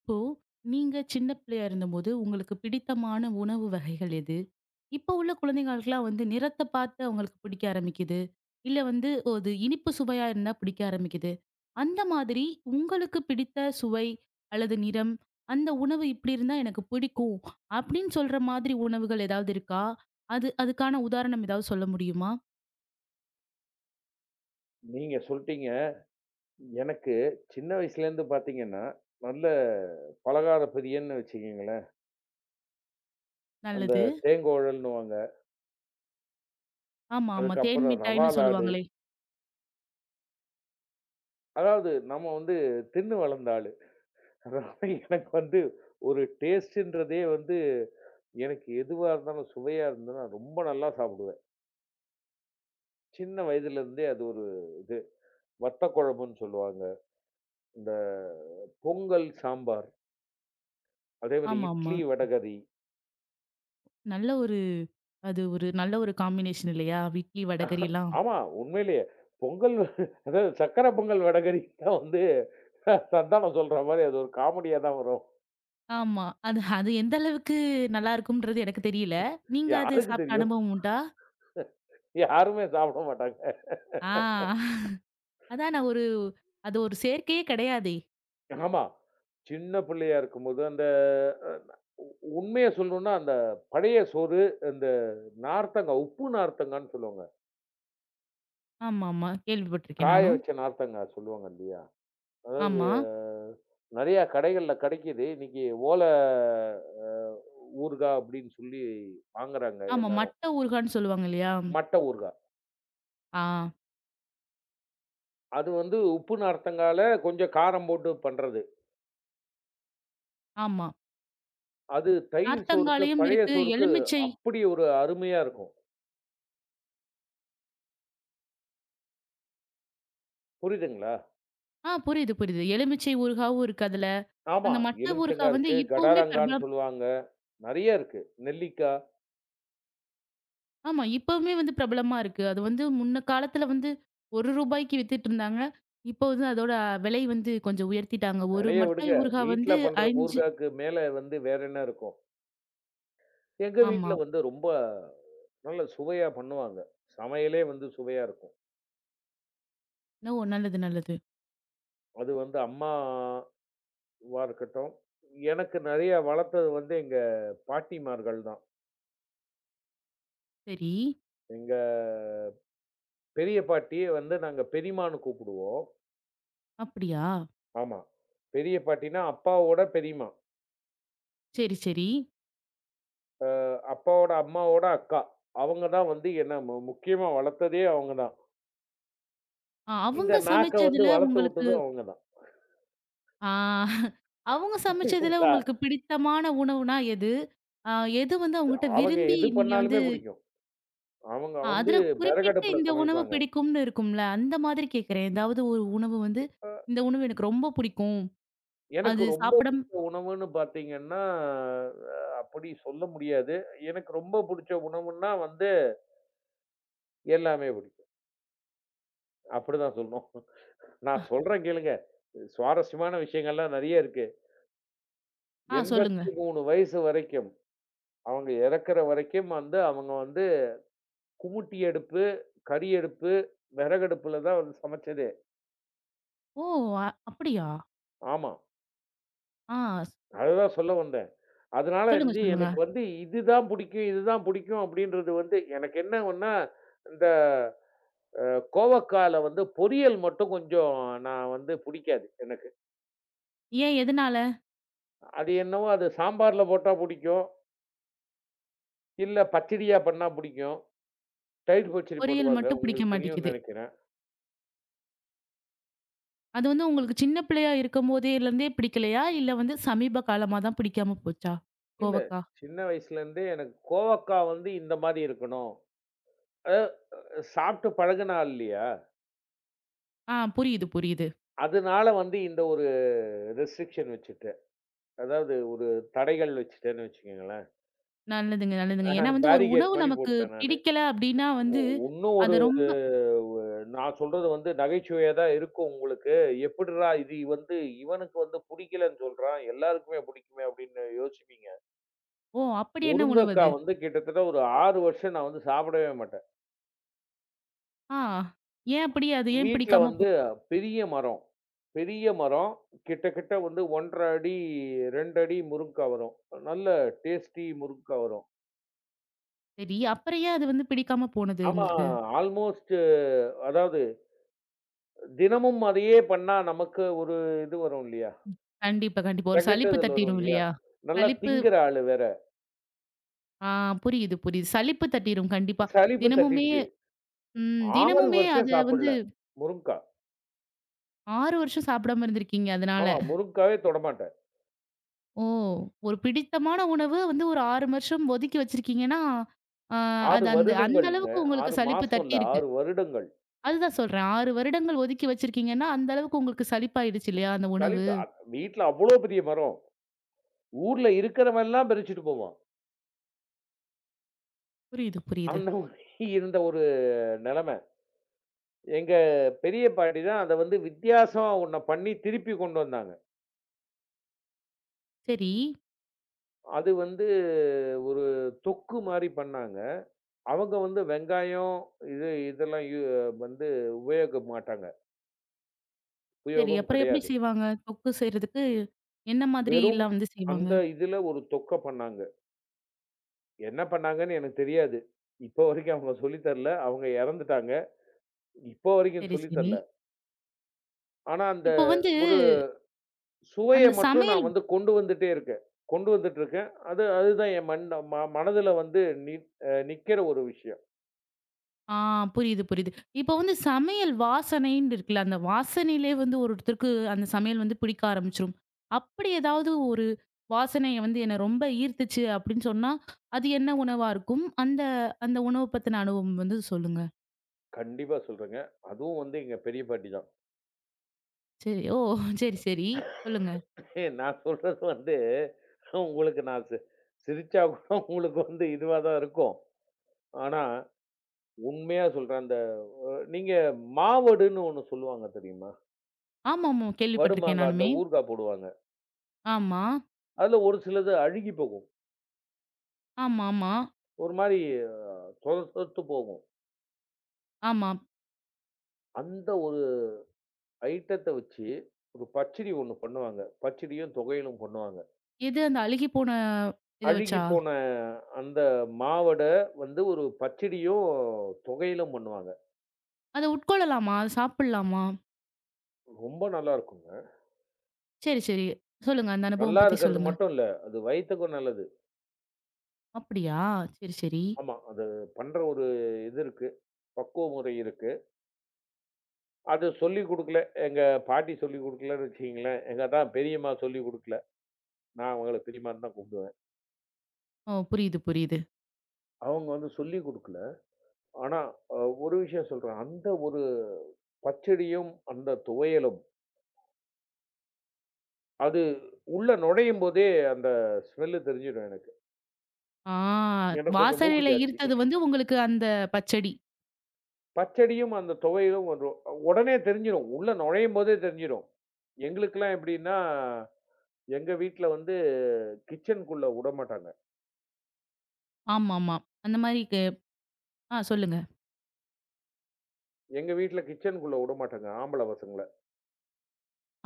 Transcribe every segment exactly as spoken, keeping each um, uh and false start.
இப்போ நீங்க சின்ன பிள்ளையா இருந்தபோது உங்களுக்கு பிடித்தமான உணவு வகைகள் எது? இப்போ உள்ள குழந்தைகளுக்கெல்லாம் வந்து நிறத்த பார்த்து அவங்களுக்கு பிடிக்க ஆரம்பிக்குது. இல்ல வந்து ஒரு இனிப்பு சுவையா இருந்தா பிடிக்க ஆரம்பிக்குது. அந்த மாதிரி உங்களுக்கு பிடித்த சுவை அல்லது நிறம், அந்த உணவு இப்படி இருந்தா எனக்கு பிடிக்கும் அப்படின்னு சொல்ற மாதிரி உணவுகள் ஏதாவது இருக்கா? அது அதுக்கான உதாரணம் ஏதாவது சொல்ல முடியுமா? நீங்க சொல்ட்டீங்க. எனக்கு சின்ன வயசுலேருந்து பார்த்தீங்கன்னா, நல்ல பலகார பிரியன்னு வச்சுக்கங்களேன். அந்த நல்லது. தேங்கோழல்ன்னுவாங்க. ஆமா, ஆமா. தேன் அதுக்கப்புறம் ரவா மிட்டாய்ன்னு லாடு. சொல்லுவாங்களே. அதாவது நம்ம வந்து தின்னு வளர்ந்த ஆளு. அதனால எனக்கு வந்து ஒரு டேஸ்ட்டுன்றதே வந்து எனக்கு எதுவா இருந்தாலும், சுவையா இருந்ததுன்னா ரொம்ப நல்லா சாப்பிடுவேன். சின்ன வயதிலேருந்தே அது ஒரு இது. வத்த குழம்புன்னு சொல்லுவாங்க. இந்த பொங்கல் சாம்பார். அதேமாரி ஆமா, ஆமா. இட்லி வடகரி. நல்ல ஒரு அது ஒரு நல்ல ஒரு காம்பினேஷன் இல்லையா? இட்லி, வடகரி எல்லாம். ஆமா, உண்மையிலேயே. பொங்கல், அதாவது சர்க்கரை பொங்கல் வடகறி தான் வந்து சந்தானம் சொல்ற மாரி அது ஒரு காமெடியா தான் வரும். ஆமா. அது அது எந்த அளவுக்கு நல்லா இருக்கும்ன்றது எனக்கு தெரியல. நீங்க அது யாருக்கு சாப்பிட்ட தெரியும்? அனுபவம் உண்டா? யாருமே சாப்பிட மாட்டாங்க. ஆ, அதான் நான் ஒரு அது ஒரு சேர்க்கையே கிடையாதே! ஆமா. சின்ன பிள்ளையா இருக்கும்போது அந்த அ உண்மைய சொல்லணும்னா, அந்த பழைய சோறு, இந்த நார்த்தங்கா, உப்பு நார்த்தங்கான்னு சொல்லுவாங்க. ஆமாமா. கேள்விப்பட்டுருக்கேன் காய நானும். வச்ச நார்த்தங்கா சொல்லுவாங்க இல்லையா? அதாவது ஆமா. நெறையா கடைகள்ல கெடைக்குது. இன்னைக்கு ஓல அ ஊறுகாய் அப்படின்னு சொல்லி வாங்குறாங்க ஆமா. எல்லாரும். மட்ட ஊறுகான்னு சொல்லுவாங்க இல்லையா? மட்டை ஊறுகாய். ஆ, அது வந்து உப்பு நார்த்தங்கால கொஞ்சம் காரம் போட்டு பண்றது. ஆமா. அது தயிர் சோறுக்கு, நார்த்தங்காலையும் பழைய இருக்கு. சோறுக்கு எலுமிச்சை அப்படி ஒரு அருமையா இருக்கும். புரியுதுங்களா? ஆ, புரியுது, புரியுது. எலுமிச்சை ஊறுகாவும் இருக்கு அதுல. ஆமா. அந்த மட்ட ஊறுகா எலுமிச்சங்கா வந்து இருக்கு, இப்பவுமே பிரபல கடாரங்கான்னு சொல்லுவாங்க. நெறைய இருக்கு. நெல்லிக்காய், ஆமா. இப்பவுமே வந்து பிரபலமா இருக்கு. அது வந்து முன்ன காலத்துல வந்து ரூ. ஒன்றுக்கு வித்துட்டுருந்தாங்க. இப்போ வந்து அதோட விலை வந்து கொஞ்சம் உயர்த்திட்டாங்க. ஒரு வெலைய மட்டை விடுங்க. ஊறுகாய் வந்து வீட்ல பண்ற ஐந்து ஊறுகாய்க்கு மேல வந்து வேற என்ன இருக்கும்? எங்க வீட்ல ஆமா. வந்து ரொம்ப நல்ல சுவையா பண்ணுவாங்க. சமையலே வந்து சுவையா இருக்கும். ஓ! நல்லது, நல்லது. அது வந்து அம்மாவா இருக்கட்டும், எனக்கு நெறைய வளர்த்தது வந்து எங்க பாட்டிமார்கள் தான். சரி. எங்க பெரிய பாட்டிய வந்து நாங்க பெரியம்மான்னு கூப்பிடுவோம். அப்படியா? ஆமா. பெரிய பாட்டின்னா, அப்பாவோட பெரியம்மா. சரி, சரி. அப்பாவோட அம்மாவோட அக்கா. அவங்க தான் வந்து என்ன மு முக்கியமா வளர்த்ததே அவங்க தான். அ இந்த அவங்க நாக்க வந்து சமைச்சதுல வளர்த்து உங்களுக்கு விட்டதும் அவங்க தான். ஆ, அவங்க சமைச்சதுல புரியுதுங்களா? உங்களுக்கு பிடித்தமான உணவுனா எது? அ எது வந்து அவங்ககிட்ட அவங்க விரும்பி எது நீங்க வந்து பண்ணாலுமே பிடிக்கும். அவங்க அ வந்து அதுல குறிப்பிட்டு விறகடுப்புல இந்த உணவு சமைப்பாங்க. பிடிக்கும்னு இருக்கும்ல. அந்த மாதிரி கேட்கிறேன். ஏதாவது ஒரு உணவு வந்து, இந்த உணவு எனக்கு ரொம்ப பிடிக்கும். எனக்கு அது ரொம்ப சாப்பிடம் பிடிச்ச உணவுன்னு பார்த்தீங்கன்னா, அ அப்படி சொல்ல முடியாது. எனக்கு ரொம்ப பிடிச்ச உணவுன்னா வந்து எல்லாமே பிடிக்கும். அப்படிதான் சொல்லணும். நான் சொல்றேன் கேளுங்க. சுவாரஸ்யமான விஷயங்கள்லாம் நெறைய இருக்கு. ஆ, சொல்லுங்க. எண்பத்தி மூன்று வயசு வரைக்கும். அவங்க இறக்குற வரைக்கும் வந்து, அவங்க வந்து குமுட்டி அடுப்பு, கரி அடுப்பு, விறகடுப்புல தான் வந்து சமைச்சதே. ஓ! அ- அப்படியா? ஆமா. ஆ, அதுதான் சொல்ல வந்தேன். அதனால சொல்லுங்க, வந்து சொல்லுங்க. எனக்கு வந்து இதுதான் புடிக்கும், இதுதான் புடிக்கும் அப்படின்றது வந்து எனக்கு என்ன ஒண்ணா, இந்த அ கோவக்கால வந்து பொரியல் மட்டும் கொஞ்சம் நான் வந்து புடிக்காது எனக்கு. ஏன் எதனால? அது என்னவோ அது சாம்பார்ல போட்டா புடிக்கும். இல்ல பச்சடியா பண்ணா புடிக்கும். தயிர் பச்சடி பொரியல் பண்ணுவாங்க. மட்டும் பிடிக்க உங்களுக்கு தெரியும்னு மாட்டேங்குது. நெனைக்கிறேன். அது வந்து உங்களுக்கு சின்ன பிள்ளையா இருக்கும்போதேலருந்தே பிடிக்கலையா? இல்ல வந்து சமீப காலமா தான் பிடிக்காம போச்சா? இல்ல. கோவக்கா. சின்ன வயசுலேருந்தே எனக்கு கோவக்கா வந்து இந்த மாரி இருக்கணும். அதாவது சாப்பிட்டு பழகுனா இல்லையா? ஆ, புரியுது, புரியுது. அதனால வந்து இந்த ஒரு ரெஸ்ட்ரிக்ஷன் வச்சுட்டேன். அதாவது ஒரு தடைகள் வச்சுட்டேன்னு வச்சுக்கங்களேன். நல்லதுங்க, நல்லதுங்க. ஏன்னா வந்து ஒரு பேரிகேட் உணவு மாரி நமக்கு போட்டேன் நானு. பிடிக்கல அப்படின்னா வந்து, இன்னும் ஒரு அத ரொம்ப வ நான் சொல்றது வந்து நகைச்சுவையா தான் இருக்கும் உங்களுக்கு. எப்புட்றா இது வந்து இவனுக்கு வந்து புடிக்கலன்னு சொல்றான். எல்லாருக்குமே புடிக்குமே அப்படின்னு யோசிப்பீங்க. ஓ! அப்படி என்ன உணவு முருங்கக்கா அது? வந்து கிட்டத்தட்ட ஒரு ஆறு வருஷம் நான் வந்து சாப்பிடவே மாட்டேன். ஆ, ஏன் அப்படி? அது ஏன் வீட்ல பிடிக்காம போ வந்து பெரிய மரம். பெரிய மரம். கிட்டத்தட்ட வந்து ஒன்றரை அரை அடி, ரெண்டு அடி முருங்கா வரும். நல்ல டேஸ்டி முருங்கா வரும். சரி. அப்புறம் ஏன் அது வந்து பிடிக்காம போனது ஆமா. உங்களுக்கு? ஆல்மோஸ்ட், அதாவது தினமும் அதையே பண்ணா நமக்கு ஒரு இது வரும் இல்லையா? கண்டிப்பா, கண்டிப்பா. ஒரு சலிப்பு தெகட்டுதல் வரும் தட்டிரும் இல்லையா? இல்லையா? நல்லா சலிப்பு திங்கிற ஆளு வேற. ஆ, புரியுது, புரியுது. சலிப்பு தட்டிரும் கண்டிப்பா. சலிப்பு தினமுமே தட்டிடுச்சு. ம் ஆறு தினமுமே அத வருஷம் வந்து சாப்பிடல. முருங்கா. ஆறு வருஷம் சாப்பிடாம இருந்திருக்கீங்க அதனால. ஆமா, முருங்காவே தொடமாட்டேன். ஓ! ஒரு பிடித்தமான உணவு வந்து ஒரு ஆறு வருஷம் ஒதுக்கி வச்சிருக்கீங்கன்னா, ஆ ஆறு அது அந்த அந்த வருடங்கள்ங்க. அளவுக்கு உங்களுக்கு ஆறு சலிப்பு மாசம் இல்ல, தட்டியிருக்கு. ஆறு வருடங்கள். அதுதான் சொல்றேன். ஆறு வருடங்கள் ஒதுக்கி வச்சிருக்கீங்கன்னா, அந்த அளவுக்கு உங்களுக்கு சலிப்பாயிடுச்சு இல்லையா அந்த உணவு? சலிப்பு. அ வீட்ல அவ்ளோ பெரிய மரம். ஊர்ல இருக்கிறவன்லாம் பறிச்சுட்டு போவான். புரியுது, புரியுது. அந்த மாரி இருந்த ஒரு நெலைமை. எங்க பெரிய பாட்டி தான் அத வந்து வித்தியாசமா ஒண்ண பண்ணி திருப்பி கொண்டு வந்தாங்க. சரி. அது வந்து ஒரு தொக்கு மாரி பண்ணாங்க. அவங்க வந்து வெங்காயம் இது இதெல்லாம் யு வந்து உபயோகிக்க மாட்டாங்க. சரி. உபயோகம் அப்புறம் எப்படி கிடையாது. செய்வாங்க? தொக்கு செய்றதுக்கு என்ன வெறும் மாதிரிலாம் வந்து செய்வாங்க? அந்த இதுல ஒரு தொக்க பண்ணாங்க. என்ன பண்ணாங்கன்னு எனக்கு தெரியாது. இப்ப வரைக்கும் அவங்க சொல்லி தரல. அவங்க இறந்துட்டாங்க. இப்ப வரைக்கும் சரி, சொல்லி சரி. தரல. ஆனா அந்த இப்போ வந்து ஒரு சுவைய அந்த மட்டும் நான் சமையல் வந்து கொண்டு வந்துட்டே இருக்கேன். கொண்டு வந்துட்டு இருக்கேன். அது அதுதான் என் மண் ம மனதுல வந்து நி அ நிக்கிற ஒரு விஷயம். ஆ, புரியுது, புரியுது. இப்போ வந்து சமையல் வாசனைன்னு இருக்குல்ல, அந்த வாசனையிலே வந்து ஒரு ஒருத்தருக்கு அந்த சமையல் வந்து பிடிக்க ஆரம்பிச்சுரும். அப்படி ஏதாவது ஒரு வாசனைய வந்து என்ன ரொம்ப ஈர்த்துச்சு அப்படின்னு சொன்னா, அது என்ன உணவா இருக்கும்? அந்த அந்த உணவ பத்தின அனுபவம் வந்து சொல்லுங்க. கண்டிப்பா சொல்றேங்க. அதுவும் வந்து எங்க பெரிய பாட்டி தான். சரி. ஓ! சரி, சரி. சொல்லுங்க. ஏய், நான் சொல்றது வந்து உங்களுக்கு நான் சி சிரிச்சா கூட உங்களுக்கு வந்து இதுவா தான் இருக்கும். ஆனா, உண்மையா சொல்றேன். அந்த நீங்க மாவடுன்னு ஒண்ணு சொல்லுவாங்க தெரியுமா? ஆமாமா. கேள்விப்பட்டிருக்கேன் வடுமாங்காய் அந்த நானுமே. ஊறுகாய் போடுவாங்க. ஆமா. அதுல ஒரு சிலது அழுகி போகும். ஆமாமா. ஆமா. ஒரு மாரி சொத சொதத்து போகும். ஆமா. அந்த ஒரு ஐட்டத்த வச்சு ஒரு பச்சடி ஒண்ணு பண்ணுவாங்க. பச்சடியும், தொகையலும் பண்ணுவாங்க. எது அந்த அழுகி போன இத வச்சா? அழுகிப்போன அந்த மாவட வந்து ஒரு பச்சடியும், தொகையலும் பண்ணுவாங்க. அத உட்கொள்ளலாமா? அத சாப்பிடலாமா? ரொம்ப நல்லாருக்குங்க. சரி, சரி. சொல்லுங்க. அந்த அனுபவம் நல்லா பத்தி இருக்கிறது சொல்லுங்க. மட்டும் இல்ல, அது வயித்துக்கும் நல்லது. அப்படியா? சரி, சரி. ஆமா, அது பண்ற ஒரு இது இருக்கு. பக்குவ முறை இருக்கு. அது சொல்லிக் குடுக்கல. எங்க பாட்டி சொல்லிக் குடுக்கலன்னு வச்சுக்கங்களேன். எங்க அதான் பெரியம்மா சொல்லிக் குடுக்கல. நான் அவங்கள பெரியம்மான்னு தான் கூப்பிடுவேன். ஓ, புரியுது, புரியுது. அவங்க வந்து சொல்லிக் குடுக்கல. ஆனா, அ ஒரு விஷயம் சொல்றேன். அந்த ஒரு பச்சடியும், அந்த துவையலும் அது உள்ள நுழையும் போதே அந்த ஸ்மெல்லு தெரிஞ்சிடும் எனக்கு. ஆ, எனக்கு கொஞ்சம் மூக்கு வாசனையில ஜாஸ்தி. ஈர்த்தது வந்து உங்களுக்கு அந்த பச்சடி. பச்சடியும் அந்த துவையலும் வரும். உடனே தெரிஞ்சிரும். உள்ள நுழையும் போதே தெரிஞ்சிரும். எங்களுக்கெல்லாம் எப்படின்னா, எங்க வீட்ல வந்து கிச்சனுக்குள்ள உடமாட்டாங்க. ஆமாமா. அந்த மாரி க ஆ, சொல்லுங்க. எங்க வீட்ல கிச்சனுக்குள்ள உடமாட்டாங்க ஆம்பள பசங்கள.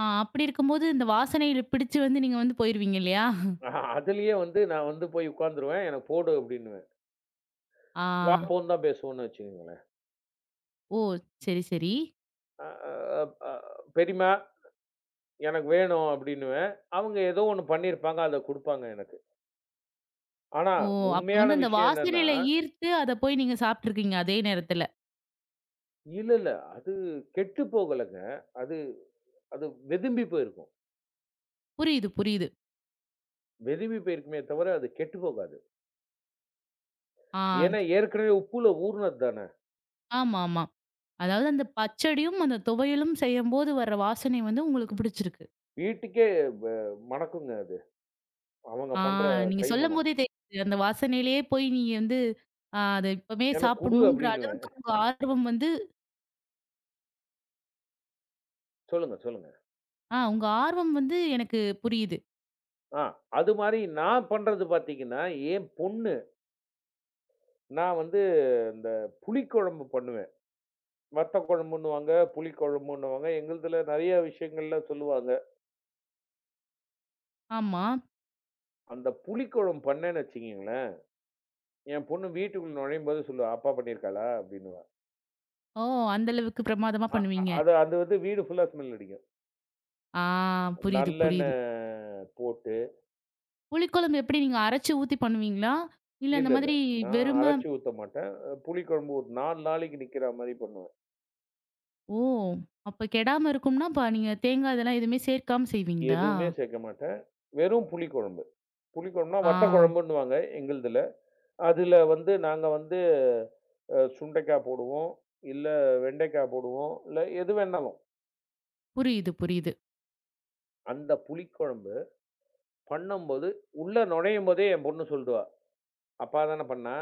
ஆ, அப்படி இருக்கும்போது இந்த வாசனையில பிடிச்சு வந்து நீங்க வந்து போயிருவீங்க இல்லையா? அதிலேயே வந்து நான் வந்து போய் உட்கார்ந்துருவேன். எனக்கு போடு அப்படின்னுவேன். ஆ. வா, போன்னு தான் பேசுவோம்ன்னு வச்சுக்கங்களேன். ஓ! சரி, சரி. அ அ அ பெரியம்மா எனக்கு வேணும் அப்படின்னுவேன். அவங்க ஏதோ ஒண்ணு பண்ணியிருப்பாங்க. அத குடுப்பாங்க எனக்கு. ஆனா, ஓ! அப்ப உண்மையான வந்து அந்த விஷயம் என்னன்னா வாசனையில ஈர்த்து அத போய் நீங்க சாப்ட்டுருக்கீங்க அதே நேரத்துல. இல்ல, இல்ல. அது கெட்டு போகலங்க. அது அது வெதும்பி போயிருக்கும். புரியுது, புரியுது. வெதும்பி போயிருக்குமே தவிர, அது கெட்டு போகாது. ஆ, ஏன்னா, ஏற்கனவே உப்புல ஊறுனது தானே. ஆமாமா. அதாவது அந்த பச்சடியும் அந்த துவையலும் செய்யும்போது வர வாசனை வந்து உங்களுக்கு பிடிச்சிருக்கு. வீட்டுக்கே வ மணக்குங்க அது. அவங்க ஆ, பண்ற நீங்க கைமணம். சொல்லும்போதே தெரியுது. அந்த வாசனையிலேயே போய் நீங்க வந்து ஆ, அத இப்பவே எனக்கு குடு சாப்பிடணுன்ற அப்டின்னுவேன். அளவுக்கு உங்க ஆர்வம் வந்து சொல்லுங்க, சொல்லுங்க. ஆ, உங்க ஆர்வம் வந்து எனக்கு புரியுது. ஆ அது மாரி நான் பண்றது பார்த்தீங்கன்னா, என் பொண்ணு, நான் வந்து இந்த புளிக்குழம்பு பண்ணுவேன். வத்த குழம்புன்னுவாங்க, புளிக்குழம்புன்னுவாங்க. எங்களுதுல நெறைய விஷயங்கள்ல சொல்லுவாங்க. ஆமா. அந்த புளிக்குழம்பு பண்ணேன்னு வச்சுக்கங்களேன், என் பொண்ணு வீட்டுக்குள்ள நுழையும்போது சொல்லுவா, "அப்பா பண்ணியிருக்காளா?" அப்படின்னுவா. ஓ! அந்த அளவுக்கு பிரமாதமா அ அ பண்ணுவீங்க. அது அது வந்து வீடு ஃபுல்லா ஸ்மெல் அடிக்கும். ஆ, புரியுது, புரியுது. நல்லெண்ணெய் போட்டு புளிக்குழம்பு எப்படி நீங்க அரைச்சு ஊத்தி பண்ணுவீங்களா? இல்ல அந்த இல்ல, இல்ல. மாதிரி நான் வெறும அரைச்சு ஊத்த மாட்டேன். அஹ் புளிக்குழம்பு ஒரு நாலு நாளைக்கு நிக்கிற மாரி பண்ணுவேன். ஓ! அப்ப கெடாம இருக்கும்னா, அப்ப நீங்க தேங்காய் இதெல்லாம் எதுவுமே சேர்க்காம செய்வீங்களா? எதுவுமே சேர்க்க மாட்டேன். வெறும் புளிக்குழம்பு. புளிக்குழம்புனா வத்த ஆ, குழம்புன்னுவாங்க எங்களுதுல. அதுல வந்து நாங்க வந்து அ சுண்டைக்காய் போடுவோம், இல்ல வெண்டைக்காய் போடுவோம், இல்ல எது வேணாலும். புரியுது, புரியுது. அந்த புளிக்குழம்பு பண்ணும்போது, உள்ள நுழையும்போதே என் பொண்ணு சொல்டுவா, "அப்பா தானே பண்ணா?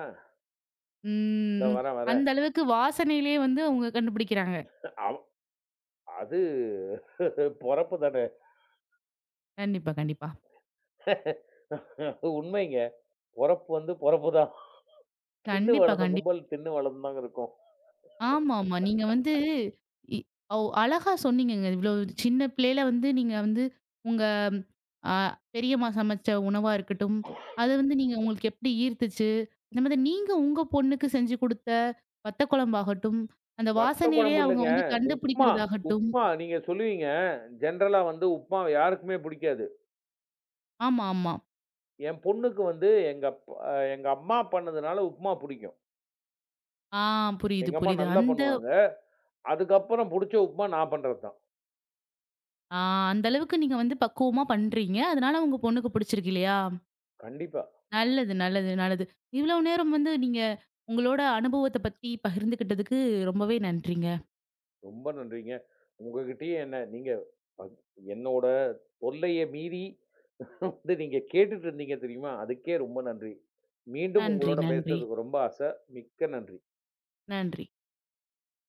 இதோ ம். வரேன், வரேன்." அந்த அளவுக்கு வாசனையிலேயே வந்து அவங்க கண்டுபிடிக்கிறாங்க. அவ் அது பொறப்பு தானே. கண்டிப்பா, கண்டிப்பா. உண்மைங்க. பொறப்பு வந்து பொறப்பு தான். தின்னு கண்டிப்பா, வளர்ந்த கண்டிப்பா. கும்பல் தின்னு வளர்ந்துதாங்க இருக்கும். ஆமாமா. நீங்க வந்து இ ஒ அழகா சொன்னீங்கங்க. இவ்ளோ சின்ன பிள்ளையில வந்து நீங்க வந்து உங்க அ பெரியம்மா சமைச்ச உணவா இருக்கட்டும், அது வந்து நீங்க உங்களுக்கு எப்படி ஈர்த்துச்சு? இந்த மாதிரி நீங்க உங்க பொண்ணுக்கு செஞ்சு குடுத்த வத்த குழம்பாகட்டும், அந்த வத்த குழம்பு வாசனையிலேயே அவங்க இல்லங்க. வந்து உப்மா, கண்டுபிடிக்கிறதாகட்டும். உப்மா நீங்க சொல்லுவீங்க. ஜெனரலா வந்து உப்மா யாருக்குமே பிடிக்காது. ஆமா, ஆமா. என் பொண்ணுக்கு வந்து எங்க அப் எங்க அம்மா பண்ணதுனால உப்மா பிடிக்கும். ஆ, புரியுது, எங்க அம்மா புரியுது. நல்லா அந்த பண்ணுவாங்க. அதுக்கப்புறம் புடிச்ச உப்மா நான் பண்றது தான். ஆ, அந்த அளவுக்கு நீங்க வந்து பக்குவமா பண்றீங்க. அதனால உங்க பொண்ணுக்கு பிடிச்சிருக்கு இல்லையா? கண்டிப்பா. நல்லது, நல்லது, நல்லது. இவ்வளவு நேரம் வந்து நீங்க உங்களோட அனுபவத்த பத்தி பகிர்ந்துகிட்டதுக்கு ரொம்பவே நன்றிங்க. ரொம்ப நன்றிங்க. உங்ககிட்டயே என்ன நீங்க ப என்னோட தொல்லைய மீறி வந்து நீங்க கேட்டுட்டு இருந்தீங்க தெரியுமா? அதுக்கே ரொம்ப நன்றி. மீண்டும் நன்றி, உங்களோட நன்றி, பேசுறதுக்கு ரொம்ப ஆசை. மிக்க நன்றி. நன்றி.